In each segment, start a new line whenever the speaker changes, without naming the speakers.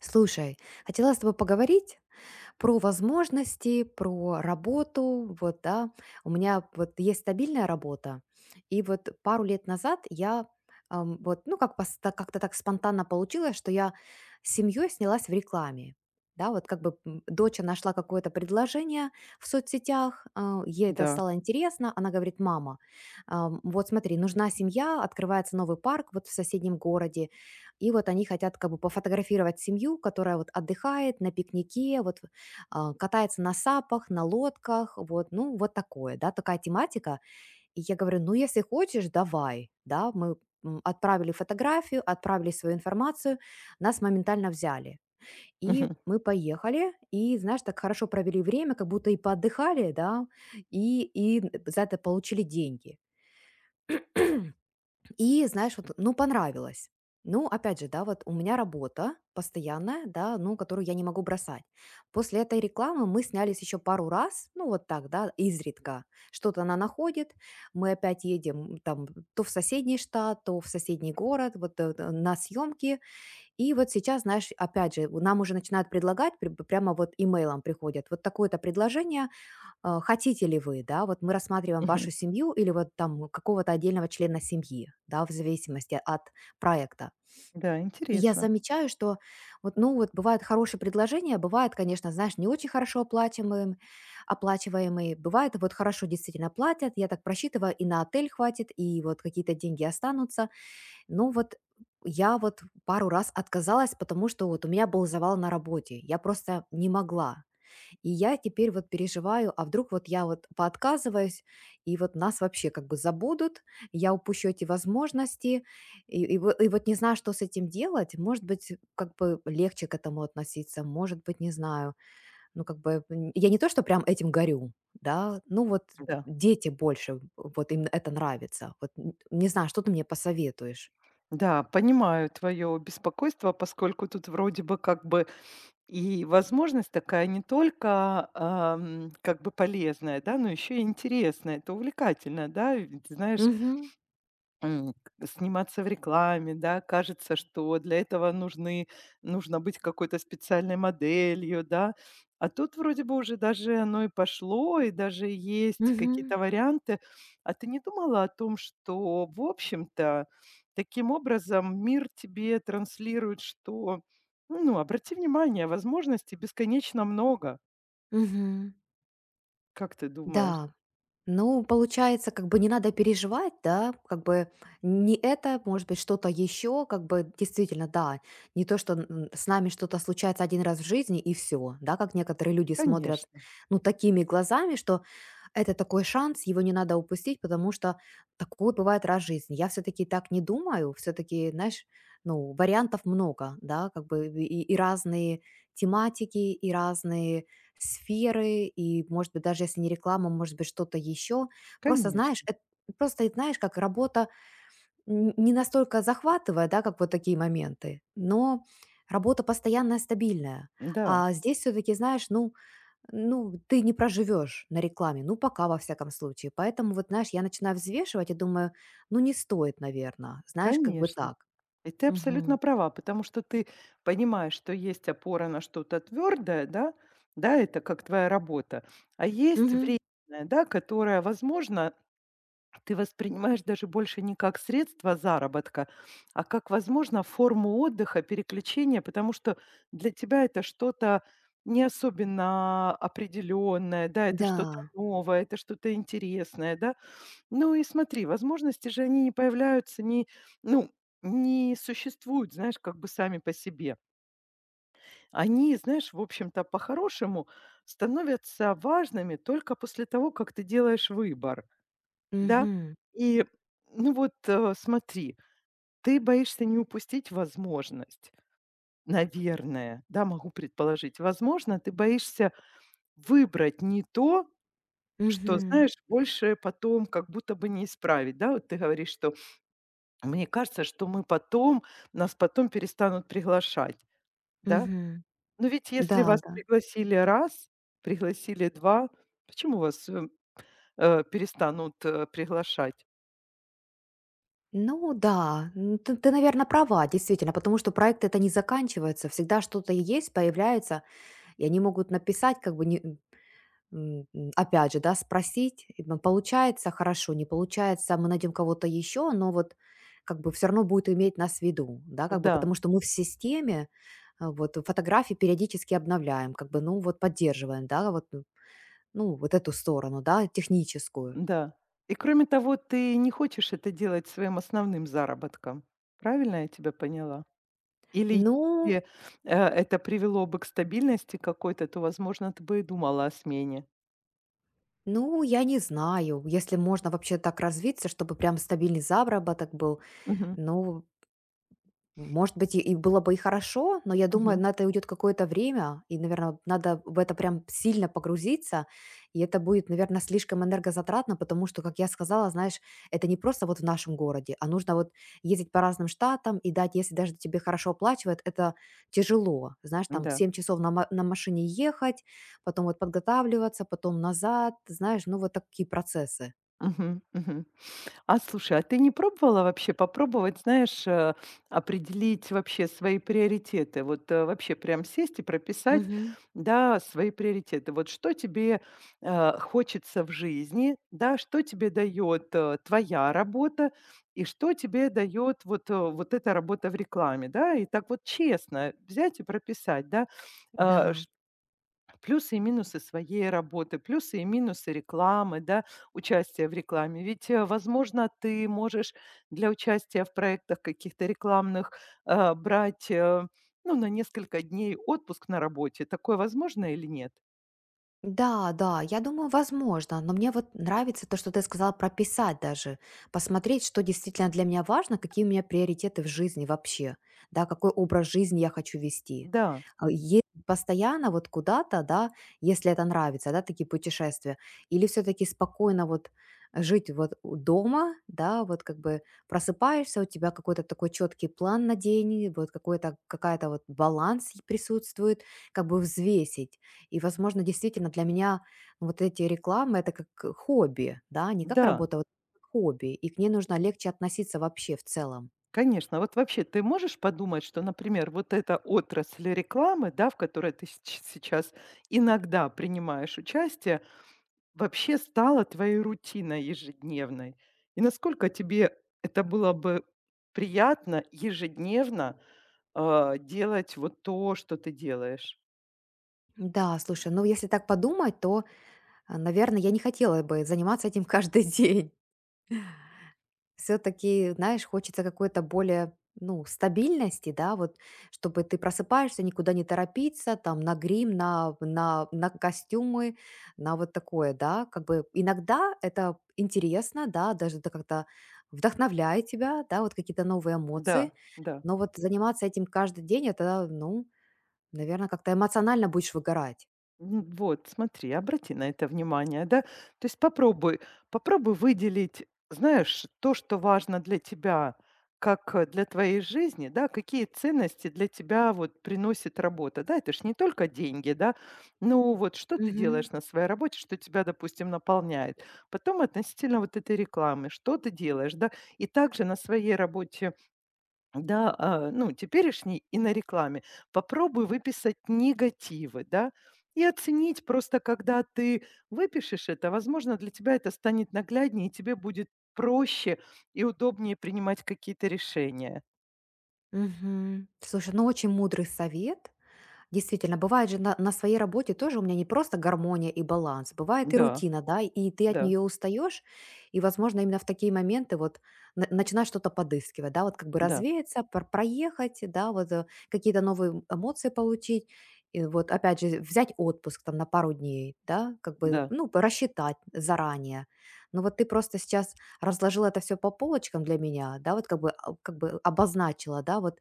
Слушай, хотела с тобой поговорить про возможности, про работу, вот, да. У меня вот есть стабильная работа, и вот пару лет назад я, вот, ну, как-то так спонтанно получилось, что я с семьей снялась в рекламе. Да, вот как бы дочь нашла какое-то предложение в соцсетях, а, ей это
Да.
стало интересно, она говорит, мама, вот смотри, нужна семья, открывается новый парк вот в соседнем городе, и вот они хотят как бы пофотографировать семью, которая вот отдыхает на пикнике, вот а, катается на сапах, на лодках, вот, ну, вот такое, да, такая тематика. И я говорю, ну, если хочешь, давай, да, мы отправили фотографию, отправили свою информацию, нас моментально взяли. И
Мгм.
мы поехали, и, знаешь, так хорошо провели время, как будто и поотдыхали, да, и за это получили деньги. И знаешь, вот, ну, понравилось. Ну, опять же, да, вот у меня работа постоянная, да, ну, которую я не могу бросать. После этой рекламы мы снялись еще пару раз, ну, вот так, да, изредка. Что-то она находит, мы опять едем там то в соседний штат, то в соседний город, вот на съемки. И вот сейчас, знаешь, опять же, нам уже начинают предлагать, прямо вот имейлом приходят, вот такое-то предложение, хотите ли вы, да, вот мы рассматриваем
Мгм.
вашу семью или вот там какого-то отдельного члена семьи, да, в зависимости от проекта.
Да,
И я
интересно.
замечаю, что вот, ну, вот бывают хорошие предложения, бывают, конечно, знаешь, не очень хорошо оплачиваемые, бывает вот хорошо действительно платят, я так просчитываю, и на отель хватит, и вот какие-то деньги останутся. Ну, вот я вот пару раз отказалась, потому что вот у меня был завал на работе, я просто не могла, и я теперь вот переживаю, а вдруг вот я вот поотказываюсь, и вот нас вообще как бы забудут, я упущу эти возможности, и вот не знаю, что с этим делать. Может быть, как бы легче к этому относиться, может быть, не знаю. Ну, как бы я не то, что прям этим горю, да, ну вот
Да.
дети больше, вот им это нравится. Вот не знаю, что ты мне посоветуешь.
Да, понимаю твое беспокойство, поскольку тут вроде бы как бы и возможность такая не только как бы полезная, да, но еще и интересная, это увлекательно, да. Ведь, знаешь,
Угу,
М, к сниматься в рекламе, да, кажется, что для этого нужны нужно быть какой-то специальной моделью, да. А тут вроде бы уже даже оно и пошло, и даже есть
угу,
какие-то варианты. А ты не думала о том, что, в общем-то, таким образом мир тебе транслирует, что, ну, обрати внимание, возможностей бесконечно много.
угу.
Как ты думаешь?
Да, ну, получается, как бы не надо переживать, да, как бы не это, может быть, что-то еще, как бы действительно, да, не то, что с нами что-то случается один раз в жизни и все, да, как некоторые люди смотрят,
Конечно,
ну, такими глазами, что это такой шанс, его не надо упустить, потому что такое бывает раз в жизни. Я все-таки так не думаю, все-таки, знаешь, ну, вариантов много, да, как бы и разные тематики, и разные сферы, и, может быть, даже если не реклама, может быть, что-то еще. Просто, знаешь,
конечно,
эт просто, знаешь, как работа н не настолько захватывает, да, как вот такие моменты, но работа постоянная, стабильная.
да,
А здесь все-таки, знаешь, ну, ты не проживешь на рекламе, ну, пока, во всяком случае. Поэтому, вот, знаешь, я начинаю взвешивать и думаю, ну, не стоит, наверно. Знаешь, как бы
конечно.
так.
И ты
Мгм.
абсолютно права, потому что ты понимаешь, что есть опора на что-то твердое, да, да, это как твоя работа, а есть
Мгм.
временное, да, которое, возможно, ты воспринимаешь даже больше не как средство заработка, а как, возможно, форму отдыха, переключения, потому что для тебя это что-то не особенно определенное, да, это что-то
Да.
новое, это что-то интересное, да, ну и смотри, возможности же они не появляются, не, ну, не существуют, знаешь, как бы сами по себе. Они, знаешь, в общем-то, по-хорошему становятся важными только после того, как ты делаешь выбор, да?
Мгм.
И, ну вот, смотри, ты боишься не упустить возможность, наверное, да, могу предположить. Возможно, ты боишься выбрать не то, что,
Мгм.
знаешь, больше потом как будто бы не исправить, да? Вот ты говоришь, что мне кажется, что мы потом нас потом перестанут приглашать, да?
Мгм.
Но ведь
Да,
если вас
да.
пригласили раз, пригласили 2, почему вас перестанут, э, приглашать?
Ну да, ты, наверное, права, действительно, потому что проект это не заканчивается, всегда что-то есть, появляется, и они могут написать, как бы, не, опять же, да, спросить, и, ну, получается хорошо, не получается, мы найдем кого-то еще, но вот как бы все равно будет иметь нас в виду, да, как бы,
Да,
потому что мы в системе, а, вот фотографии периодически обновляем, как бы, ну вот поддерживаем, да, вот, ну, вот эту сторону, да, техническую.
да. И кроме того, ты не хочешь это делать своим основным заработком. Правильно я тебя поняла? Или
Ну,
если, это привело бы к стабильности какой-то, то, возможно, ты бы и думала о смене.
Ну, я не знаю, если можно вообще так развиться, чтобы прям стабильный заработок был.
Мгм,
Ну, может быть, и было бы и хорошо, но я думаю,
мгм,
на это уйдет какое-то время, и, наверное, надо в это прям сильно погрузиться, и это будет, наверное, слишком энергозатратно, потому что, как я сказала, знаешь, это не просто вот в нашем городе, а нужно вот ездить по разным штатам, и дать, если даже тебе хорошо оплачивают, это тяжело, знаешь, там
да,
7 часов на машине ехать, потом вот подготавливаться, потом назад, знаешь, ну вот такие процессы.
мгм, мгм. А слушай, а ты не пробовала вообще попробовать, знаешь, определить вообще свои приоритеты? Вот вообще прям сесть и прописать,
Мгм.
да, свои приоритеты. Вот что тебе хочется в жизни, да, что тебе дает твоя работа и что тебе дает вот эта работа в рекламе, да, и так вот честно взять и прописать, да, Э,
Да.
Плюсы и минусы своей работы, плюсы и минусы рекламы, да, участия в рекламе. Ведь, возможно, ты можешь для участия в проектах каких-то рекламных, брать, ну, на несколько дней отпуск на работе. Такое возможно или нет?
Да, да, я думаю, возможно, но мне вот нравится то, что ты сказала прописать даже, посмотреть, что действительно для меня важно, какие у меня приоритеты в жизни вообще, да, какой образ жизни я хочу вести.
Да,
А, постоянно вот куда-то, да, если это нравится, да, такие путешествия, или все-таки спокойно вот жить вот у дома, да, вот как бы просыпаешься, у тебя какой-то такой четкий план на день, вот какой-то какая-то вот баланс и присутствует, как бы взвесить и, возможно, действительно для меня вот эти рекламы- это как хобби, да, не как
да,
работа, а вот как хобби, и к ней нужно легче относиться вообще в целом.
конечно. Вот вообще ты можешь подумать, что, например, вот эта отрасль рекламы, да, в которой ты сеч сейчас иногда принимаешь участие вообще стало твоей рутиной ежедневной? И насколько тебе это было бы приятно ежедневно, делать вот то, что ты делаешь?
Да, слушай, ну, если так подумать, то, наверное, я не хотела бы заниматься этим каждый день. Все таки знаешь, хочется какой-то более, ну, стабильности, да, вот, чтобы ты просыпаешься, никуда не торопиться, там, на грим, на костюмы, на вот такое, да, как бы. Иногда это интересно, да, даже это как-то вдохновляет тебя, да, вот какие-то новые
Да,
эмоции.
да.
Но вот заниматься этим каждый день- это, ну, наверное, как-то эмоционально будешь выгорать.
Ну вот, смотри, обрати на это внимание, да. То есть попробуй выделить, знаешь, то, что важно для тебя, как для твоей жизни, да, какие ценности для тебя вот приносит работа, да, это ж не только деньги, да, ну вот что ты
Мгм.
делаешь на своей работе, что тебя, допустим, наполняет. Потом относительно вот этой рекламы, что ты делаешь, да, и также на своей работе да, ну, теперешней и на рекламе. Попробуй выписать негативы, да, и оценить просто, когда ты выпишешь это, возможно, для тебя это станет нагляднее, и тебе будет проще и удобнее принимать какие-то решения.
Мгм. Слушай, ну, очень мудрый совет. Действительно, бывает же на своей работе тоже у меня не просто гармония и баланс, бывает и
Да,
рутина, да, и ты от
да,
нее устаешь, и, возможно, именно в такие моменты вот начинаешь что-то подыскивать, да, вот как бы
да,
развеяться, проехать, да, вот какие-то новые эмоции получить, и вот опять же взять отпуск там на пару дней, да, как бы,
да,
ну, рассчитать заранее. Но вот ты просто сейчас разложила это все по полочкам для меня, да, вот как бы, а, как бы обозначила, да, вот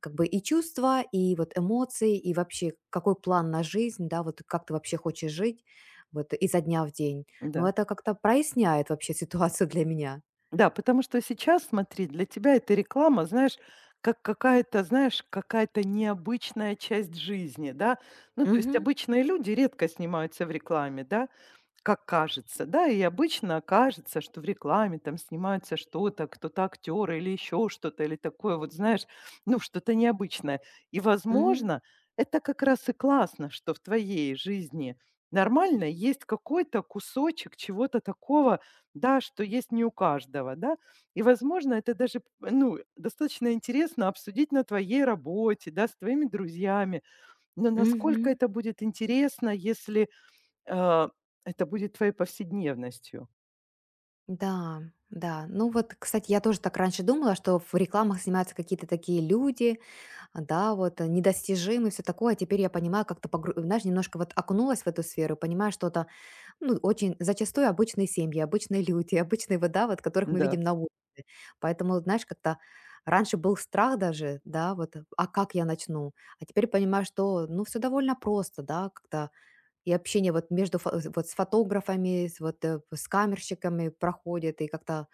как бы и чувства, и вот эмоции, и вообще какой план на жизнь, да, вот как ты вообще хочешь жить вот изо дня в день. Но
да.
это как-то проясняет вообще ситуацию для меня.
Да, потому что сейчас, смотри, для тебя эта реклама, знаешь, как какая-то, знаешь, какая-то необычная часть жизни, да. Ну, то есть
Мгм,
обычные люди редко снимаются в рекламе, да, как кажется, да, и обычно кажется, что в рекламе там снимается что-то, кто-то актер или еще что-то, или такое вот, знаешь, ну, что-то необычное. И,
мгм,
возможно, это как раз и классно, что в твоей жизни нормально есть какой-то кусочек чего-то такого, да, что есть не у каждого, да. И, возможно, это даже, ну, достаточно интересно обсудить на твоей работе, да, с твоими друзьями. Но насколько
мгм.
это будет интересно, если, э, это будет твоей повседневностью?
Да, да. Ну вот, кстати, я тоже так раньше думала, что в рекламах снимаются какие-то такие люди, а, да, вот недостижимые, все такое. А теперь я понимаю, как-то, знаешь, немножко вот окунулась в эту сферу, понимаю, что это, ну, очень зачастую обычные семьи, обычные люди, обычные вот, да, вот которых мы
Да.
видим на улице. Поэтому, знаешь, как-то раньше был страх даже, да, вот, а как я начну? А теперь понимаю, что, ну, все довольно просто, да, как-то и общение вот между, вот с фотографами, с, вот, с камерщиками проходит, и как-то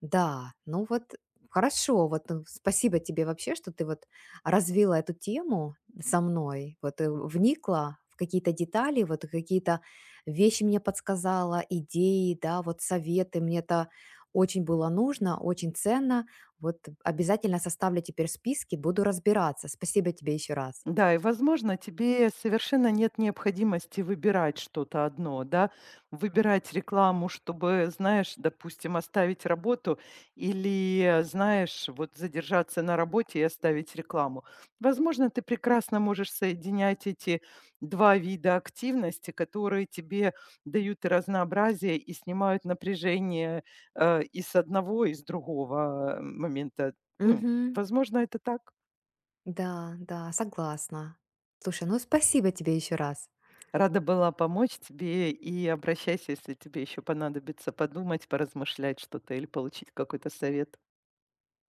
да, ну вот хорошо, вот спасибо тебе вообще, что ты вот развила эту тему со мной, вот вникла в какие-то детали, вот и какие-то вещи мне подсказала, идеи, да, вот советы, мне это очень было нужно, очень ценно, вот обязательно составлю теперь списки, буду разбираться, спасибо тебе еще раз.
Да, и, возможно, тебе совершенно нет необходимости выбирать что-то одно, да, выбирать рекламу, чтобы, знаешь, допустим, оставить работу или, знаешь, вот задержаться на работе и оставить рекламу. Возможно, ты прекрасно можешь соединять эти два вида активности, которые тебе дают и разнообразие, и снимают напряжение и с одного, и с другого момента. Ну,
Мгм.
возможно, это так.
Да, да, согласна. Слушай, ну спасибо тебе еще раз.
Рада была помочь тебе и обращайся, если тебе еще понадобится подумать, поразмышлять что-то или получить какой-то совет.